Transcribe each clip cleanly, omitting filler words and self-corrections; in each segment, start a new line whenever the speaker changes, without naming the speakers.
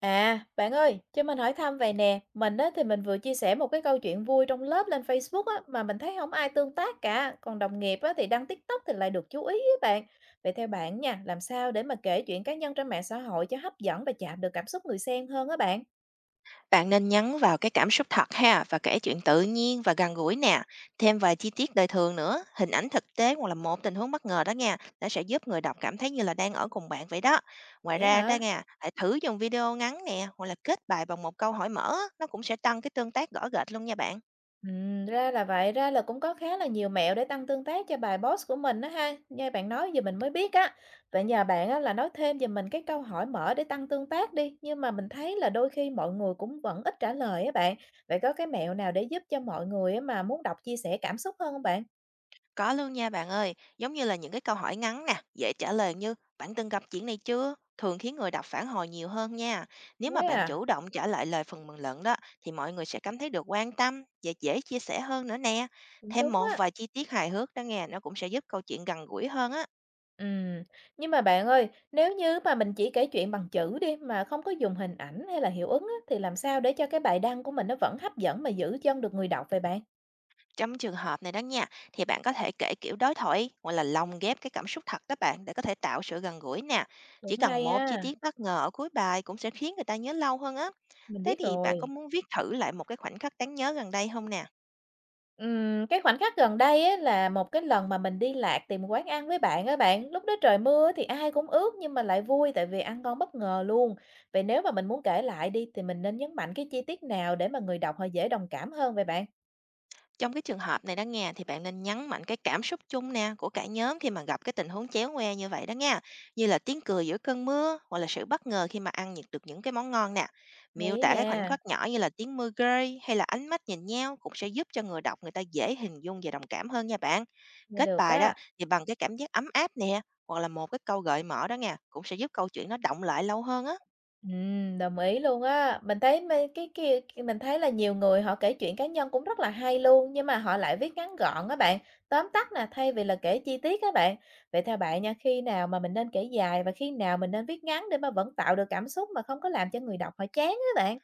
À, bạn ơi, cho mình hỏi thăm vậy nè. Mình á, thì mình vừa chia sẻ một cái câu chuyện vui trong lớp lên Facebook á, mà mình thấy không ai tương tác cả. Còn đồng nghiệp á, thì đăng TikTok thì lại được chú ý với bạn. Vậy theo bạn nha, làm sao để mà kể chuyện cá nhân trên mạng xã hội cho hấp dẫn và chạm được cảm xúc người xem hơn á bạn?
Bạn nên nhấn vào cái cảm xúc thật ha, và kể chuyện tự nhiên và gần gũi nè. Thêm vài chi tiết đời thường nữa, hình ảnh thực tế hoặc là một tình huống bất ngờ đó nha, nó sẽ giúp người đọc cảm thấy như là đang ở cùng bạn vậy đó. Ngoài
Vậy á
ra đó
hả?
nha, hãy thử dùng video ngắn nè, hoặc là kết bài bằng một câu hỏi mở, á, nó cũng sẽ tăng cái tương tác gõ gệt luôn nha bạn.
Ra là vậy, ra là cũng có khá là nhiều mẹo để tăng tương tác cho bài post của mình đó ha. Nghe bạn nói giờ mình mới biết á. Vậy nhờ bạn á, là nói thêm giùm mình cái câu hỏi mở để tăng tương tác đi. Nhưng mà mình thấy là đôi khi mọi người cũng vẫn ít trả lời á bạn. Vậy có cái mẹo nào để giúp cho mọi người á, mà muốn đọc chia sẻ cảm xúc hơn không bạn?
Có luôn nha bạn ơi, giống như là những cái câu hỏi ngắn nè, dễ trả lời như bạn từng gặp chuyện này chưa? Thường khiến người đọc phản hồi nhiều hơn nha. Nếu mà
Thế
bạn
à,
chủ động trả lại lời phần bình luận đó, thì mọi người sẽ cảm thấy được quan tâm và dễ chia sẻ hơn nữa nè.
cũng
Thêm
đúng
một
á.
vài chi tiết hài hước đó nghe, nó cũng sẽ giúp câu chuyện gần gũi hơn á.
Ừm, Nhưng mà bạn ơi, nếu như mà mình chỉ kể chuyện bằng chữ đi mà không có dùng hình ảnh hay là hiệu ứng á, thì làm sao để cho cái bài đăng của mình nó vẫn hấp dẫn mà giữ chân được người đọc vậy bạn?
Trong trường hợp này đó nha, thì bạn có thể kể kiểu đối thoại, hoặc là lồng ghép cái cảm xúc thật các bạn để có thể tạo sự gần gũi nè. Chỉ
Cũng
cần
hay
một chi
ha.
tiết bất ngờ ở cuối bài cũng sẽ khiến người ta nhớ lâu hơn á.
Mình
Thế
biết
thì bạn có
rồi.
muốn viết thử lại một cái khoảnh khắc đáng nhớ gần đây không nè?
Cái khoảnh khắc gần đây á là một cái lần mà mình đi lạc tìm quán ăn với bạn á bạn, lúc đó trời mưa thì ai cũng ướt nhưng mà lại vui tại vì ăn ngon bất ngờ luôn. Vậy nếu mà mình muốn kể lại đi thì mình nên nhấn mạnh cái chi tiết nào để mà người đọc họ dễ đồng cảm hơn vậy bạn?
Trong cái trường hợp này đó nghe, thì bạn nên nhấn mạnh cái cảm xúc chung nè của cả nhóm khi mà gặp cái tình huống chéo ngoe như vậy đó nha, như là tiếng cười giữa cơn mưa, hoặc là sự bất ngờ khi mà ăn những được những cái món ngon nè.
Hay
Miêu
á
tả cái khoảnh
nha,
khắc nhỏ như là tiếng mưa rơi, hay là ánh mắt nhìn nhau cũng sẽ giúp cho người đọc người ta dễ hình dung và đồng cảm hơn nha bạn.
nghe
Kết
được
bài đó
á.
thì bằng cái cảm giác ấm áp nè, hoặc là một cái câu gợi mở đó nghe, cũng sẽ giúp câu chuyện nó động lại lâu hơn á.
Đồng ý luôn á. Mình thấy mê cái kia mình thấy là nhiều người họ kể chuyện cá nhân cũng rất là hay luôn, nhưng mà họ lại viết ngắn gọn các bạn, tóm tắt nè, thay vì là kể chi tiết các bạn. Vậy theo bạn nha, khi nào mà mình nên kể dài và khi nào mình nên viết ngắn để mà vẫn tạo được cảm xúc mà không có làm cho người đọc họ chán á bạn?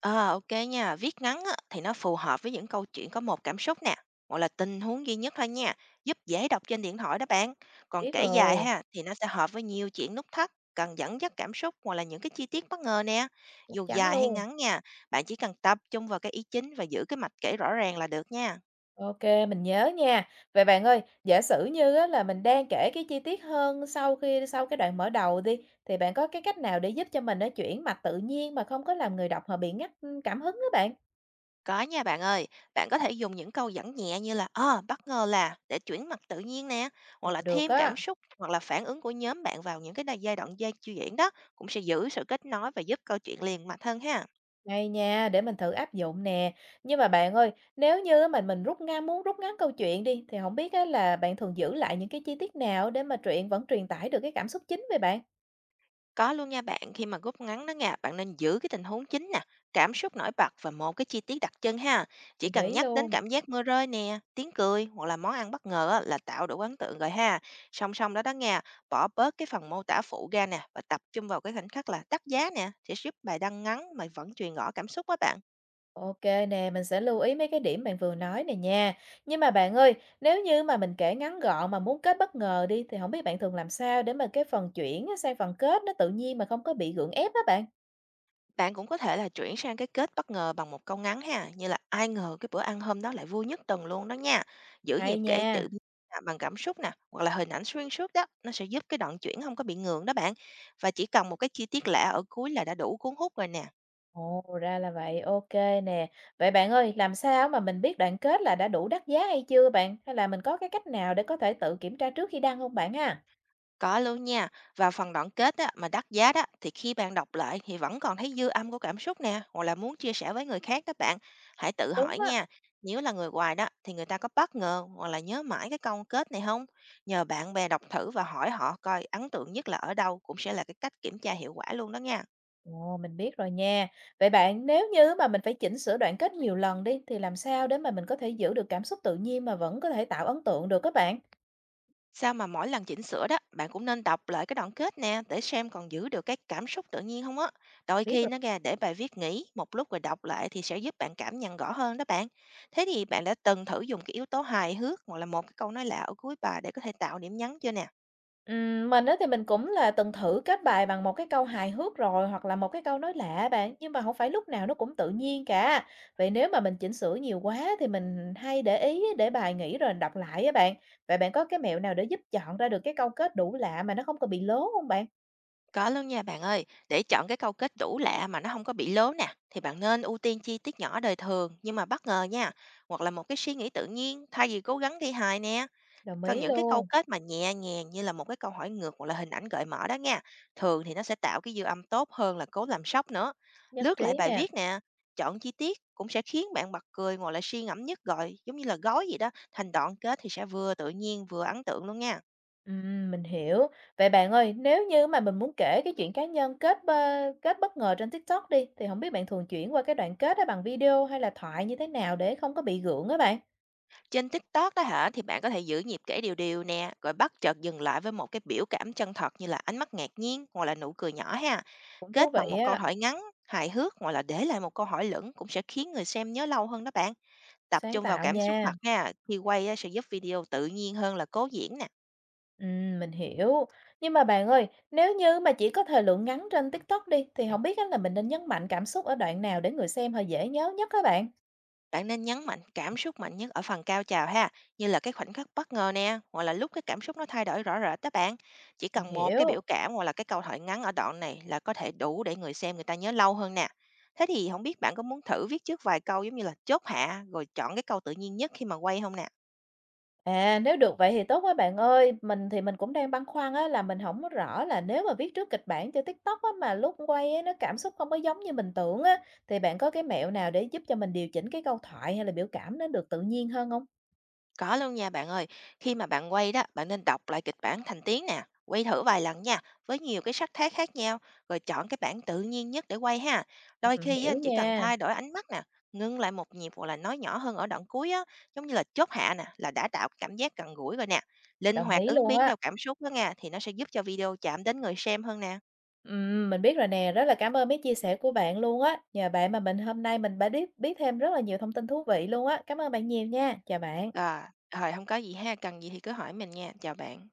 Ờ, ô nha. Viết ngắn á, thì nó phù hợp với những câu chuyện có một cảm xúc nè, hoặc là tình huống duy nhất thôi nha, giúp dễ đọc trên điện thoại đó bạn. Còn
Biết
kể dài
rồi,
ha, thì nó sẽ hợp với nhiều chuyện nút thắt, cần dẫn dắt cảm xúc, hoặc là những cái chi tiết bất ngờ nè.
chắc
Dù
chắn
dài hay
luôn.
ngắn nha, bạn chỉ cần tập trung vào cái ý chính và giữ cái mạch kể rõ ràng là được nha.
OK, mình nhớ nha. Vậy bạn ơi, giả sử như á là mình đang kể cái chi tiết hơn sau khi sau cái đoạn mở đầu đi, thì bạn có cái cách nào để giúp cho mình nó chuyển mạch tự nhiên mà không có làm người đọc họ bị ngắt, cảm hứng đó bạn?
Có nha bạn ơi, bạn có thể dùng những câu dẫn nhẹ, như là ờ bất ngờ là để chuyển mặt tự nhiên nè, hoặc
Ồ,
là
được
thêm cảm
á,
xúc hoặc là phản ứng của nhóm bạn vào những cái giai đoạn dây chuyển đó, cũng sẽ giữ sự kết nối và giúp câu chuyện liền mạch hơn ha.
hay nha, để mình thử áp dụng nè. Nhưng mà bạn ơi, nếu như á mình rút ngắn muốn rút ngắn câu chuyện đi, thì không biết á là bạn thường giữ lại những cái chi tiết nào để mà truyện vẫn truyền tải được cái cảm xúc chính vậy bạn?
Có luôn nha bạn, khi mà rút ngắn đó nha, bạn nên giữ cái tình huống chính nè, cảm xúc nổi bật và một cái chi tiết đặc trưng ha. Chỉ
Đồng
cần
ý
nhắc đến
luôn.
cảm giác mưa rơi nè, tiếng cười hoặc là món ăn bất ngờ á, là tạo đủ ấn tượng rồi ha. Song song đó đó nha, bỏ bớt cái phần mô tả phụ ra nè, và tập trung vào cái khoảnh khắc là đắt giá nè, sẽ giúp bài đăng ngắn mà vẫn truyền rõ cảm xúc á bạn.
OK nè, mình sẽ lưu ý mấy cái điểm bạn vừa nói này nha. Nhưng mà bạn ơi, nếu như mà mình kể ngắn gọn mà muốn kết bất ngờ đi, thì không biết bạn thường làm sao để mà cái phần chuyển á sang phần kết nó tự nhiên mà không có bị gượng ép á bạn?
Bạn cũng có thể là chuyển sang cái kết bất ngờ bằng một câu ngắn ha, như là ai ngờ cái bữa ăn hôm đó lại vui nhất tuần luôn đó nha. Giữ
Hay
nhịp kể
nha.
à, bằng cảm xúc nè, hoặc là hình ảnh xuyên suốt đó, nó sẽ giúp cái đoạn chuyển không có bị ngượng đó bạn. Và chỉ cần một cái chi tiết lạ ở cuối là đã đủ cuốn hút rồi nè.
Ồ, ra là vậy, OK nè. Vậy bạn ơi, làm sao mà mình biết đoạn kết là đã đủ đắt giá hay chưa bạn? Hay là mình có cái cách nào để có thể tự kiểm tra trước khi đăng không bạn ha?
Có luôn nha, và phần đoạn kết á, mà đắt giá đó, thì khi bạn đọc lại thì vẫn còn thấy dư âm của cảm xúc nè, hoặc là muốn chia sẻ với người khác đó bạn. Hãy tự
Đúng
hỏi
á.
nha, nếu là người ngoài đó thì người ta có bất ngờ hoặc là nhớ mãi cái câu kết này không? Nhờ bạn bè đọc thử và hỏi họ coi ấn tượng nhất là ở đâu, cũng sẽ là cái cách kiểm tra hiệu quả luôn đó nha.
Ồ, mình biết rồi nha. Vậy bạn, nếu như mà mình phải chỉnh sửa đoạn kết nhiều lần đi, thì làm sao để mà mình có thể giữ được cảm xúc tự nhiên mà vẫn có thể tạo ấn tượng được các bạn?
Sao mà mỗi lần chỉnh sửa đó, bạn cũng nên đọc lại cái đoạn kết nè, để xem còn giữ được cái cảm xúc tự nhiên không á. Đôi
Biết
khi
rồi.
nó ra để bài viết nghỉ một lúc rồi đọc lại, thì sẽ giúp bạn cảm nhận rõ hơn đó bạn. Thế thì bạn đã từng thử dùng cái yếu tố hài hước, hoặc là một cái câu nói lạ ở cuối bài để có thể tạo điểm nhấn chưa nè?
Mình á thì mình cũng là từng thử kết bài bằng một cái câu hài hước rồi hoặc là một cái câu nói lạ bạn, nhưng mà không phải lúc nào nó cũng tự nhiên cả. Vậy nếu mà mình chỉnh sửa nhiều quá thì mình hay để ý để bài nghỉ rồi đọc lại á bạn. Vậy bạn có cái mẹo nào để giúp chọn ra được cái câu kết đủ lạ mà nó không có bị lố không bạn?
Có luôn nha bạn ơi, để chọn cái câu kết đủ lạ mà nó không có bị lố nè, thì bạn nên ưu tiên chi tiết nhỏ đời thường nhưng mà bất ngờ nha, hoặc là một cái suy nghĩ tự nhiên thay vì cố gắng thi hài nè.
Đồng
Còn
ý
những cái câu
luôn,
kết mà nhẹ nhàng như là một cái câu hỏi ngược, hoặc là hình ảnh gợi mở đó nha, thường thì nó sẽ tạo cái dư âm tốt hơn là cố làm sốc nữa.
nhất
Lướt lại
trí
bài
nè.
viết nè, chọn chi tiết cũng sẽ khiến bạn bật cười ngồi lại suy ngẫm nhất, gọi giống như là gói gì đó, thành đoạn kết thì sẽ vừa tự nhiên vừa ấn tượng luôn nha.
Mình hiểu. Vậy bạn ơi, nếu như mà mình muốn kể cái chuyện cá nhân kết bất ngờ trên TikTok đi, thì không biết bạn thường chuyển qua cái đoạn kết đó bằng video hay là thoại như thế nào để không có bị gượng á bạn?
Trên TikTok đó hả, thì bạn có thể giữ nhịp kể điều điều nè, rồi bắt chợt dừng lại với một cái biểu cảm chân thật, như là ánh mắt ngạc nhiên hoặc là nụ cười nhỏ ha.
Cũng thú
Kết bằng
vị
một câu
á,
hỏi ngắn, hài hước, hoặc là để lại một câu hỏi lửng cũng sẽ khiến người xem nhớ lâu hơn đó bạn. Tập
sáng
trung vào
tạo
cảm xúc
nha.
thật nha, khi quay á sẽ giúp video tự nhiên hơn là cố diễn nè.
Mình hiểu. Nhưng mà bạn ơi, nếu như mà chỉ có thời lượng ngắn trên TikTok đi, thì không biết á là mình nên nhấn mạnh cảm xúc ở đoạn nào để người xem họ dễ nhớ nhất các bạn?
Bạn nên nhấn mạnh cảm xúc mạnh nhất ở phần cao trào ha, như là cái khoảnh khắc bất ngờ nè, hoặc là lúc cái cảm xúc nó thay đổi rõ rệt đó bạn. Chỉ
Mình
cần một cái
hiểu.
biểu cảm hoặc là cái câu thoại ngắn ở đoạn này là có thể đủ để người xem người ta nhớ lâu hơn nè. Thế thì không biết bạn có muốn thử viết trước vài câu giống như là chốt hạ, rồi chọn cái câu tự nhiên nhất khi mà quay không nè?
À, nếu được vậy thì tốt quá bạn ơi. Mình thì mình cũng đang băn khoăn á, là mình không có rõ là nếu mà viết trước kịch bản cho TikTok á, mà lúc quay á, nó cảm xúc không có giống như mình tưởng á, thì bạn có cái mẹo nào để giúp cho mình điều chỉnh cái câu thoại hay là biểu cảm nó được tự nhiên hơn không?
Có luôn nha bạn ơi, khi mà bạn quay đó, bạn nên đọc lại kịch bản thành tiếng nè, quay thử vài lần nha, với nhiều cái sắc thái khác nhau, rồi chọn cái bản tự nhiên nhất để quay ha. Đôi khi á,
Hiểu
chỉ cần
nha,
thay đổi ánh mắt nè, ngưng lại một nhịp hoặc là nói nhỏ hơn ở đoạn cuối á, giống như là chốt hạ nè, là đã tạo cảm giác gần gũi rồi nè. Linh
đồng
hoạt
ý
ứng
luôn
biến
á.
theo cảm xúc đó nha, thì nó sẽ giúp cho video chạm đến người xem hơn nè.
Mình biết rồi nè, rất là cảm ơn mấy chia sẻ của bạn luôn á. Nhờ bạn mà mình hôm nay mình đã biết biết thêm rất là nhiều thông tin thú vị luôn á. Cảm ơn bạn nhiều nha. Chào bạn.
Rồi, rồi không có gì ha, cần gì thì cứ hỏi mình nha, chào bạn.